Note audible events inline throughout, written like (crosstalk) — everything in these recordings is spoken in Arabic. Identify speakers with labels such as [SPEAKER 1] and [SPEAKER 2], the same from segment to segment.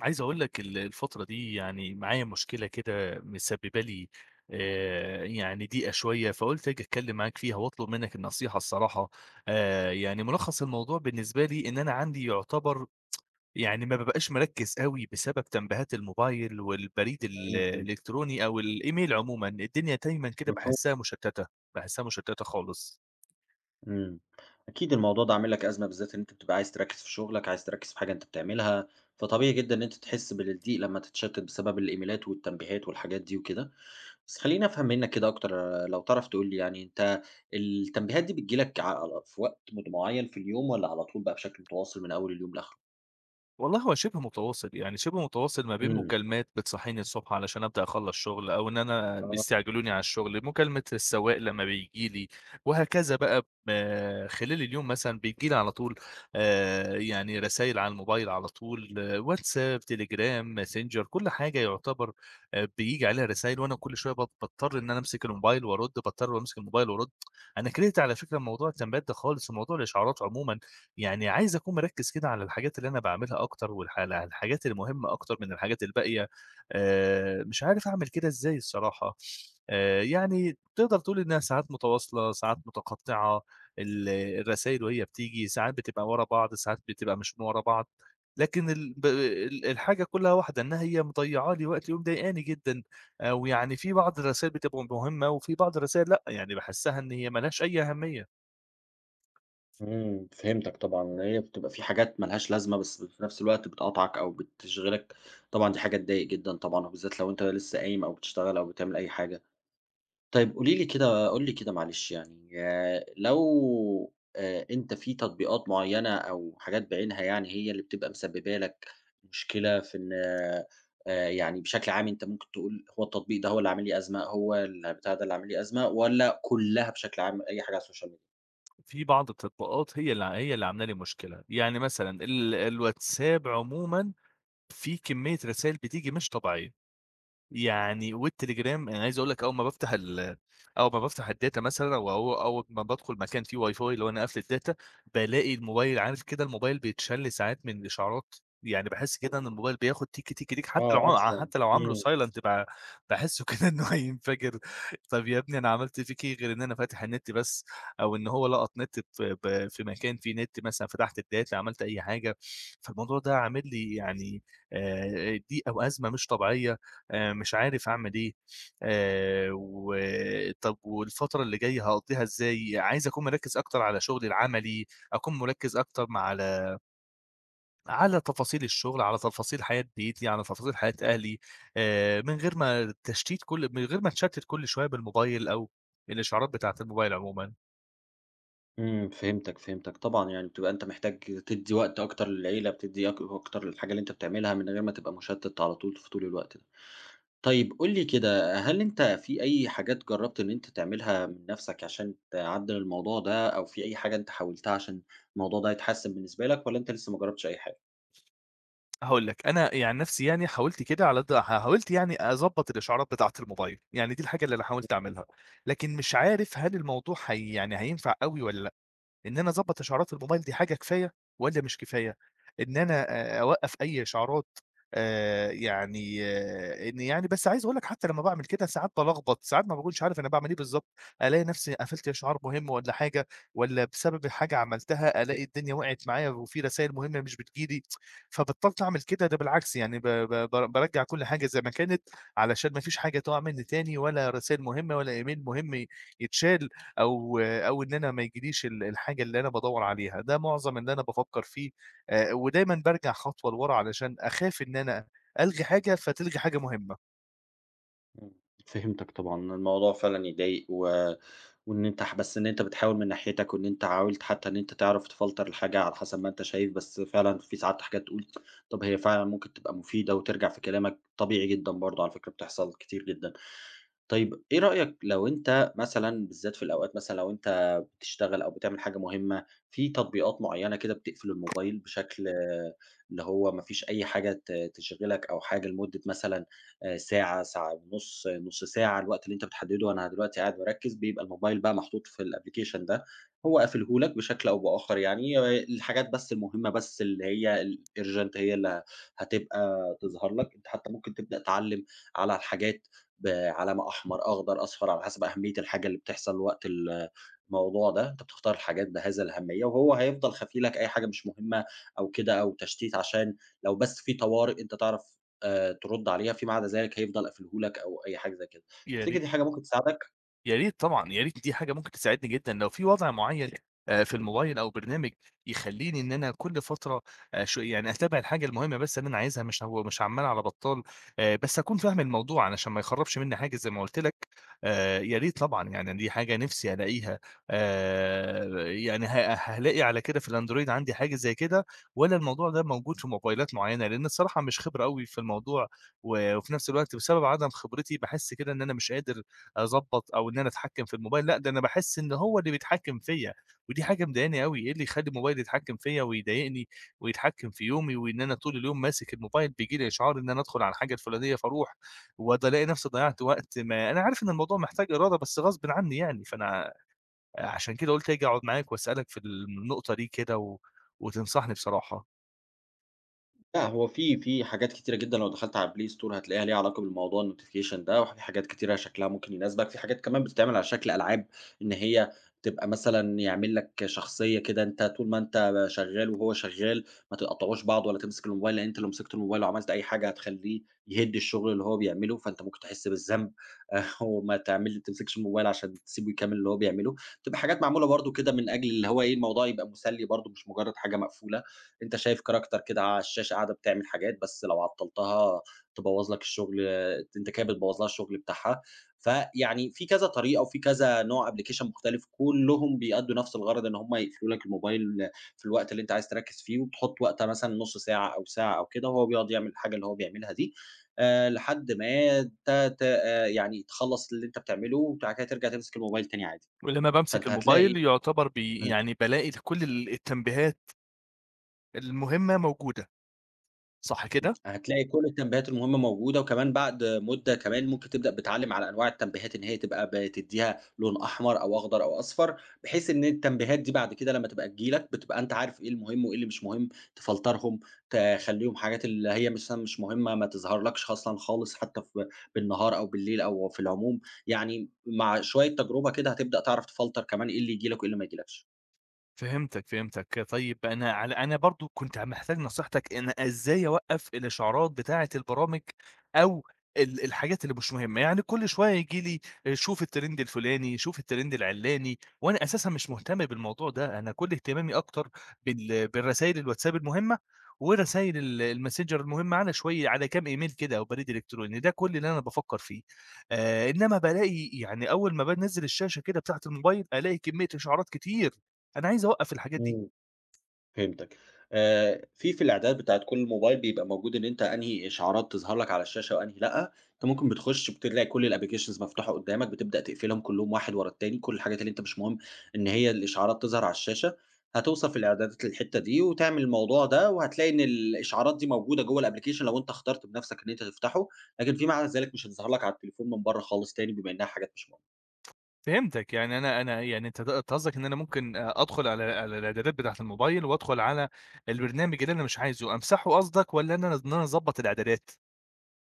[SPEAKER 1] عايز أقول لك الفترة دي، يعني معايا مشكلة كده مسببة لي يعني ضيقة شوية، فقُلت آجي أتكلم معاك فيها وأطلب منك النصيحة الصراحة. يعني ملخص الموضوع بالنسبة لي إن أنا عندي يعتبر يعني ما بابقاش مركّز أوي بسبب تنبيهات الموبايل والبريد ال
[SPEAKER 2] إمم، إمم،
[SPEAKER 1] الإلكتروني أو الإيميل عمومًا، الدنيا دايمًا كده
[SPEAKER 2] مفهوم،
[SPEAKER 1] باحسها مشتتة، باحسها مشتتة خالص.
[SPEAKER 2] إمم، أكيد الموضوع ده عامل لك أزمة بالذات إن أنت بتبقى عايز تركّز في شغلك، عايز تركّز في حاجة أنت بتعملها، فطبيعي جدًا إن أنت تحس بالضيق لمّا تتشتت بسبب الإيميلات والتنبيهات والحاجات دي وكده، بس خلّيني أفهم منك كده أكتر لو تعرف تقول لي يعني أنت التنبيهات دي بتيجي لك على في وقت معين في اليوم والّا على طول بقى بشكل متواصل من أول اليوم لآخره؟
[SPEAKER 1] والله هو شِبه متواصل، يعني شِبه متواصل ما بين
[SPEAKER 2] إمم،
[SPEAKER 1] مكالمات بتصحيني الصبح علشان أبدأ أخلّص شُغل، أو إن أنا
[SPEAKER 2] آه.
[SPEAKER 1] بيستعجلوني على الشُغل، مكالمة السواق لمّا بييجي لي، وهكذا بقى خلال اليوم مثلًا بتيجي لي على طول. يعني رسايل على الموبايل على طول، آه، واتساب، تليجرام، ماسنجر، كل حاجة يُعتبر بييجي عليها رسايل، وأنا كل شوية باضطر إن أنا أمسك الموبايل وأرُد، باضطر وأمسك الموبايل وأرُد. أنا كرهت على فكرة موضوع التنبيهات ده خالص، وموضوع الإشعارات عمومًا يعني عايز أكون مركّز كده على الحاجات اللي أنا باعملها أكتر على الحاجات المهمة أكتر من الحاجات الباقية. مش عارف أعمل كده إزاي الصراحة. يعني تقدر تقول إنها ساعات متواصلة، ساعات متقطّعة، ال الرسايل وهي بتيجي ساعات بتبقى ورا بعض، ساعات بتبقى مش من ورا بعض، لكن ال ب ال الحاجة كلّها واحدة، إنها هي مضيّعة لي وقتي ومضايقاني جدًا، أو يعني في بعض الرسايل بتبقى مهمة وفي بعض الرسايل لأ، يعني باحسّها إن هي ما لهاش أي أهمية.
[SPEAKER 2] إمم، فهمتك طبعًا، إن هي بتبقى في حاجات ما لهاش لازمة، بس في نفس الوقت بتقاطعك أو بتشغلك، طبعًا دي حاجة تضايق جدًا طبعًا، وبالذات لو أنت لسه قايم أو بتشتغل أو بتعمل أي حاجة. طيب قولي لي كده قُل لي كده معلش يعني لو أنت في تطبيقات معيّنة أو حاجات بعينها يعني هي اللي بتبقى مسببة لك مشكلة في إن يعني بشكل عام أنت ممكن تقول هو التطبيق ده هو اللي عامل لي أزمة، هو البتاع ده اللي عامل لي أزمة والّا كُلّها بشكل عام أي حاجة على السوشيال ميديا؟
[SPEAKER 1] في بعض التطبيقات هي اللي عاملة لي مشكلة، يعني مثلًا الواتساب عمومًا فيه كمية رسايل بتيجي مش طبيعية. يعني والتليجرام أنا عايز أقول لك أول ما بافتح الداتا مثلًا أو أول ما بادخل مكان فيه واي فاي لو أنا قافل الداتا، بالاقي الموبايل عارف كده الموبايل بيتشل ساعات من الإشعارات، يعني باحس كده إن الموبايل بياخد تيكي، تيكي، تيكي حتى لو
[SPEAKER 2] آه،
[SPEAKER 1] ع
[SPEAKER 2] أصلًا.
[SPEAKER 1] حتى لو عامله
[SPEAKER 2] إمم.
[SPEAKER 1] silent باحسه (laughs) كده إن هو هينفجر. طب يا ابني أنا عملت فيك إيه غير إن أنا فاتح النت بس، أو إن هو لقط نت في مكان فيه نت مثلًا فتحت الداتا عملت أي حاجة، فالموضوع ده عامل لي يعني ضيق أو أزمة مش طبيعية. مش عارف أعمل إيه. وطَب والفترة اللي جاية هاقضّيها إزاي، عايز أكون مركّز أكتر على شُغلي العملي، أكون مركّز أكتر مع على على تفاصيل الشُغل، على تفاصيل حياة بيتي، على تفاصيل حياة أهلي، من غير ما أتشتِّت كل شوية بالموبايل أو الإشعارات بتاعة الموبايل عمومًا.
[SPEAKER 2] إمم، فهمتك، فهمتك طبعًا، يعني بتبقى أنت محتاج تدّي وقت أكتر للعيلة، بتدّي أكتر للحاجة اللي أنت بتعملها من غير ما تبقى مُشتِّت على طول في طول الوقت ده. طيب قُل لي كده، هل أنت في أي حاجات جرّبت إن أنت تعملها من نَفْسك عشان تعدّل الموضوع ده أو في أي حاجة أنت حاولتها عشان الموضوع ده يتحسّن بالنسبة لك والّا أنت لسه ما جرّبتش أي حاجة؟
[SPEAKER 1] هاقول لك، أنا يعني نَفْسي يعني حاولت كده على قد حاولت يعني أضبّط الإشعارات بتاعة الموبايل، يعني دي الحاجة اللي أنا حاولت أعملها، لكن مش عارف هل الموضوع هي يعني هينفع أوي والّا لأ. إن أنا أضبّط إشعارات الموبايل دي حاجة كفاية والّا مش كفاية؟ إن أنا أوقّف أي إشعارات، يعني آه، إن يعني بس عايز أقول لك حتى لمّا باعمل كده ساعات بالخبط، ساعات ما باكونش عارف أنا باعمل إيه بالضبط، ألاقي نَفْسي قفلت إشعار مهم والّا حاجة، والّا بسبب حاجة عملتها ألاقي الدنيا وقعت معايا وفي رسايل مهمة مش بتيجي لي، فبطّلت أعمل كده، ده بالعكس يعني ب ب ب بارجّع كل حاجة زي ما كانت علشان ما فيش حاجة تُقع منّي تاني ولا رسايل مهمة ولا إيميل مهم يتشال، أو أو إن أنا ما يجيليش الحاجة اللي أنا بادوّر عليها، ده معظم اللي أنا بافكّر فيه. ودايمًا بارجع خطوة لورا علشان أخاف إن أنا ألغي حاجة فتلغي حاجة مهمة.
[SPEAKER 2] إمم، فهمتك طبعًا، الموضوع فعلًا يضايق و وإن أنت بس إن أنت بتحاول من ناحيتك وإن أنت حاولت حتى إن أنت تعرف تفلتر الحاجة على حسب ما أنت شايف، بس فعلًا في ساعات حاجات تقول طب هي فعلًا ممكن تبقى مفيدة وترجع في كلامك، طبيعي جدًا برضه على فكرة بتحصل كتير جدًا. طيب إيه رأيك لو أنت مثلًا بالذات في الأوقات مثلًا لو أنت بتشتغل أو بتعمل حاجة مهمة، في تطبيقات معيّنة كده بتقفل الموبايل بشكل اللي هو ما فيش أي حاجة تشغلك أو حاجة لمدة مثلًا ساعة، ساعة ونُص، نُص ساعة، الوقت اللي أنت بتحدده أنا دلوقتي قاعد باركّز، بيبقى الموبايل بقى محطوط في الapplication ده، هو قافله لك بشكل أو بآخر يعني، الحاجات بس المهمة بس اللي هي الurgent هي اللي هتبقى تظهر لك، أنت حتى ممكن تبدأ تعلّم على الحاجات بعلامة أحمر، أخضر، أصفر، على حسب أهمية الحاجة اللي بتحصل وقت الموضوع ده، أنت بتختار الحاجات بهذا الأهمية، وهو هيفضل خافي لك أي حاجة مش مهمة أو كده أو تشتيت عشان لو بس في طوارئ أنت تعرف ترُد عليها، فيما عدا ذلك هيفضل قافله لك أو أي حاجة زي كده.
[SPEAKER 1] يا
[SPEAKER 2] تفتكر
[SPEAKER 1] ريت.
[SPEAKER 2] دي حاجة ممكن تساعدك؟
[SPEAKER 1] يا ريت طبعًا، يا ريت دي حاجة ممكن تساعدني جدًا، لو في وضع معيّن في الموبايل أو برنامج يخلّيني إن أنا كل فترة شو يعني أتابع الحاجة المهمة بس اللي أنا عايزها، مش هو مش عمّال على بطّال، بس أكون فاهم الموضوع علشان ما يخرّبش منّي حاجة زي ما قُلت لك. يا ريت طبعًا، يعني دي حاجة نِفْسي ألاقيها. آآ يعني هالاقي على كده في الأندرويد عندي حاجة زي كده والّا الموضوع ده موجود في موبايلات معيّنة؟ لإن الصراحة مش خبرة أوي في الموضوع، وفي نَفْس الوقت بسبب عدم خبرتي باحس كده إن أنا مش قادر أضبّط أو إن أنا أتحكّم في الموبايل، لأ ده أنا باحس إن هو اللي بيتحكّم فيّا، ودي حاجة مضايقاني أوي، إيه اللي يخلّي الموبايل يتحكّم فيّا ويضايقني ويتحكّم في يومي وإن أنا طول اليوم ماسك الموبايل، بييجي لي إشعار إن أنا أدخل على الحاجة الفلانية فاروح، وده ألاقي نَفْسي ضيّعت وقت، ما أنا عارف إن الموضوع محتاج إرادة بس غصبٍ عنّي يعني، فأنا عشان كده قُلت آجي أقعد معاك وأسألك في النقطة دي كده وتنصحني بصراحة.
[SPEAKER 2] لأ، هو في حاجات كتيرة جدًا لو دخلت على البلاي ستور هتلاقيها ليها علاقة بالموضوع الnotification ده، وفي حاجات كتيرة شكلها ممكن يناسبك، في حاجات كمان بتتعمل على شكل ألعاب، إن هي تبقى مثلًا يعمل لك شخصية كده أنت طول ما أنت شغال وهو شغال ما تقطعوش بعض ولا تمسك الموبايل، لإن أنت لو مسكت الموبايل وعملت أي حاجة هتخلّيه يهِد الشغل اللي هو بيعمله، فأنت ممكن تحس بالذنب (laughs) وما تمسكش الموبايل عشان تسيبه يكمل اللي هو بيعمله، بتبقى حاجات معمولة برضه كده من أجل اللي هو إيه، الموضوع يبقى مسلي برضه مش مجرد حاجة مقفولة. أنت شايف كاركتر كده على الشاشة قاعدة بتعمل حاجات، بس لو عطّلتها تبوّظ لك الشغل، أنت كده بتبوّظ لها الشغل بتاعها. فيعني في كذا طريقة وفي كذا نوع application مختلف، كلّهم بيأدّوا نفس الغرض إن هم يقفلوا لك الموبايل في الوقت اللي أنت عايز تركّز فيه، وبتحُط وقتها مثلًا نُص ساعة أو ساعة أو كده، وهو بيقعد يعمل الحاجة اللي هو بيعملها دي، لحد ما ت ت يعني تخلّص اللي أنت بتعمله، وبعد كده ترجع تمسك الموبايل تاني عادي.
[SPEAKER 1] ولمّا بامسك
[SPEAKER 2] فأنت هتلاقي
[SPEAKER 1] الموبايل يُعتبر
[SPEAKER 2] إمم.
[SPEAKER 1] يعني بالاقي كل التنبيهات المهمة موجودة، صح كده؟
[SPEAKER 2] هتلاقي كل التنبيهات المهمة موجودة، وكمان بعد مدة كمان ممكن تبدأ بتعلّم على أنواع التنبيهات إن هي تبقى بتدّيها لون أحمر أو أخضر أو أصفر، بحيث إن التنبيهات دي بعد كده لمّا تبقى تيجي لك، بتبقى أنت عارف إيه المهم وإيه اللي مش مهم، تفلترهم، تخلّيهم حاجات اللي هي مثلًا مش مهمة ما تظهرلكش أصلًا خالص حتى في بالنهار أو بالليل أو في العموم، يعني مع شوية تجربة كده هتبدأ تعرف تفلتر كمان إيه اللي ييجي لك وإيه اللي ما ييجيلكش.
[SPEAKER 1] فهمتك، فهمتك. طيب أنا أنا برضه كنت محتاج نصيحتك، أنا إزاي أوقّف الإشعارات بتاعة البرامج أو الحاجات اللي مش مهمة، يعني كل شوية ييجي لي شوف الtrend الفلاني، شوف الtrend العلاني، وأنا أساسًا مش مهتم بالموضوع ده، أنا كل اهتمامي أكتر بالرسايل الواتساب المهمة ورسايل الMessenger المهمة، على شوية على كام إيميل كده أو بريد إلكتروني، ده كل اللي أنا بافكّر فيه. إنّما بالاقي يعني أول ما بانزّل الشاشة كده بتاعة الموبايل، ألاقي كمية إشعارات كتير. أنا عايز أوقّف الحاجات دي.
[SPEAKER 2] إمم. فهمتك. في الإعدادات بتاعة كل موبايل بيبقى موجود إن أنت أنهي إشعارات تظهر لك على الشاشة وأنهي لأ، أنت ممكن بتخش بتلاقي كل الapplications مفتوحة قدامك، بتبدأ تقفلهم كلّهم واحد ورا التاني، كل الحاجات اللي أنت مش مهم إن هي الإشعارات تظهر على الشاشة، هتوصل في الإعدادات للحتّة دي وتعمل الموضوع ده، وهتلاقي إن الإشعارات دي موجودة جوّه الapplication لو أنت اخترت بنفسك إن أنت تفتحه، لكن فيما عدا ذلك مش هتظهر لك على التليفون من برّه خالص تاني بما إنها حاجات مش
[SPEAKER 1] فهمتك، يعني أنا يعني أنت قصدك إن أنا ممكن أدخل على الإعدادات بتاعة الموبايل وأدخل على البرنامج اللي أنا مش عايزه، أمسحه قصدك والّا إن أنا أضبّط الإعدادات؟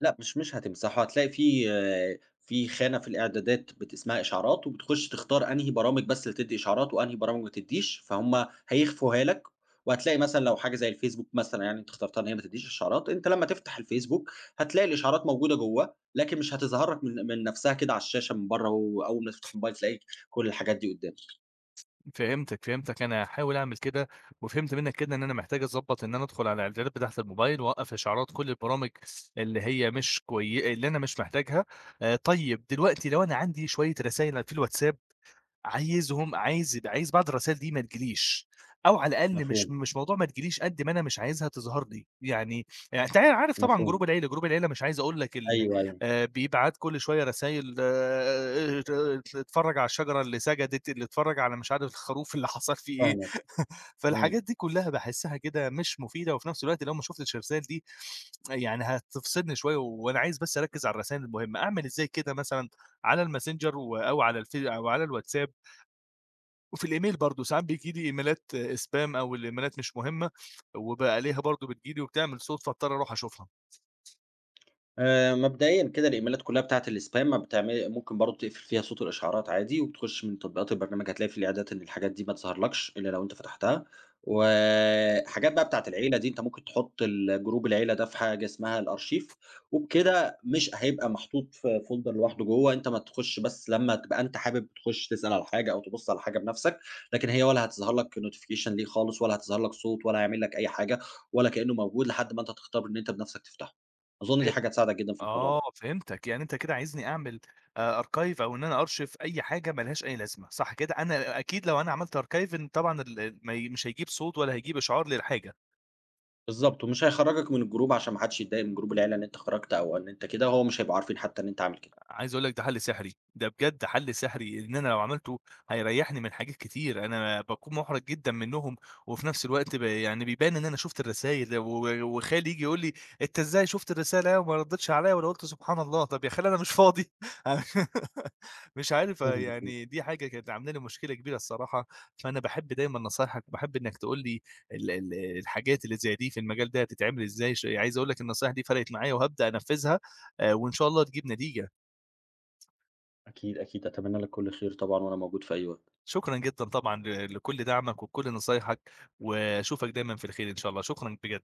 [SPEAKER 2] لأ، مش هتمسحه، هتلاقي في خانة في الإعدادات اسمها إشعارات، وبتخش تختار أنهي برامج بس اللي تدّي إشعارات، وأنهي برامج ما تدّيش، فهُم هيخفوها لك، وهتلاقي مثلًا لو حاجة زي الفيسبوك مثلًا يعني أنت اخترتها إن هي ما تدّيش إشعارات، أنت لمّا تفتح الفيسبوك هتلاقي الإشعارات موجودة جوّاه، لكن مش هتظهر لك من نفسها كده على الشاشة من برّه، وأول ما تفتح الموبايل تلاقي كل الحاجات دي قدّامك.
[SPEAKER 1] فهمتك، فهمتك، أنا هاحاول أعمل كده، وفهمت منّك كده إن أنا محتاج أضبّط إن أنا أدخل على الإعدادات بتاعة الموبايل وأوقّف إشعارات كل البرامج اللي هي مش كوي اللي أنا مش محتاجها. طيب دلوقتي لو أنا عندي شوية رسايل في الواتساب، عايز بعض الرسايل دي ما تجيليش، أو على الأقل مش
[SPEAKER 2] مفهوم،
[SPEAKER 1] مش موضوع ما تجيليش قد ما أنا مش عايزها تظهر لي، يعني أنت عارف طبعًا جروب
[SPEAKER 2] مفهوم.
[SPEAKER 1] العيلة، جروب العيلة مش عايز أقول لك ال
[SPEAKER 2] أيوه، أيوه،
[SPEAKER 1] بيبعت كل شوية رسايل، اتفرّج على الشجرة اللي سجدت، اللي اتفرّج على مش عارف الخروف اللي حصل فيه إيه،
[SPEAKER 2] فاهمك،
[SPEAKER 1] (laughs)
[SPEAKER 2] إمم.
[SPEAKER 1] فالحاجات دي كلها باحسّها كده مش مفيدة، وفي نفس الوقت لو ما شُفتش الرسايل دي يعني هتفصلني شوية، وأنا عايز بس أركّز على الرسايل المهمة، أعمل إزاي كده مثلًا على الMessenger أو على الف أو على الWhatsApp، وفي الإيميل برضه ساعات بييجي لي إيميلات spam أو الإيميلات مش مهمة، وبقى ألاقيها برضه بتيجي لي وبتعمل صوت فاضطر أروح أشوفها.
[SPEAKER 2] مبدئيًا كده الإيميلات كلّها بتاعة الspam ما بتعمل ممكن برضه تقفل فيها صوت الإشعارات عادي، وبتخش من تطبيقات البرنامج هتلاقي في الإعدادات إن الحاجات دي ما تظهرلكش إلا لو أنت فتحتها، وحاجات بقى بتاعة العيلة دي أنت ممكن تحط جروب العيلة ده في حاجة اسمها الأرشيف، وبكده مش هيبقى محطوط في folder لوحده جوّه، أنت ما تخش بس لمّا تبقى أنت حابب تخش تسأل على حاجة أو تبُص على حاجة بنفسك، لكن هي ولا هتظهر لك notification ليه خالص ولا هتظهر لك صوت ولا هيعمل لك أي حاجة، ولا كإنه موجود لحد ما أنت تختار إن أنت بنفسك تفتحه. أظن
[SPEAKER 1] ف
[SPEAKER 2] دي حاجة تساعدك جدًا في الموضوع
[SPEAKER 1] آه
[SPEAKER 2] ده،
[SPEAKER 1] فهمتك، يعني أنت كده عايزني أعمل archive، أو إن أنا أرشف أي حاجة ما لهاش أي لازمة، صح كده؟ أنا أكيد لو أنا عملت archiving طبعًا ال ال ما ي مش هيجيب صوت ولا هيجيب إشعار للحاجة.
[SPEAKER 2] بالضبط، ومش هيخرّجك من الجروب عشان ما حدش يتضايق من جروب العيلة إن أنت خرجت أو إن أنت كده، هو مش هيبقوا عارفين حتى إن أنت عامل كده.
[SPEAKER 1] عايز أقول لك ده حل سحري، ده بجد حل سحري، إن أنا لو عملته هيريّحني من حاجات كتير، أنا باكون مُحرَج جدًا منّهم، وفي نفس الوقت يعني بيبان إن أنا شُفت الرسايل، وخالي ييجي يقول لي: "أنت إزاي شُفت الرسالة أهي وما ردّيتش عليَّ والّا قُلت سبحان الله؟" طَب يا خالي أنا مش فاضي. (laughs) مش عارف،
[SPEAKER 2] فاهمك،
[SPEAKER 1] يعني دي حاجة كانت عاملة لي مشكلة كبيرة الصراحة، فأنا باحب دايمًا نصايحك، وباحب إنّك تقول لي ال ال الحاجات اللي زي دي في المجال ده هتتعمل إزاي، عايز أقول لك النصايح دي فرقت معايا وهابدأ أنفّذها، وإن شاء الله تجيب نتيجة.
[SPEAKER 2] أكيد، أكيد، أتمنى لك كل خير طبعًا وأنا موجود في أي وقت.
[SPEAKER 1] شكرًا جدًا طبعًا لكل دعمك وكل نصايحك، واشوفك دايمًا في الخير إن شاء الله، شكرًا بجد.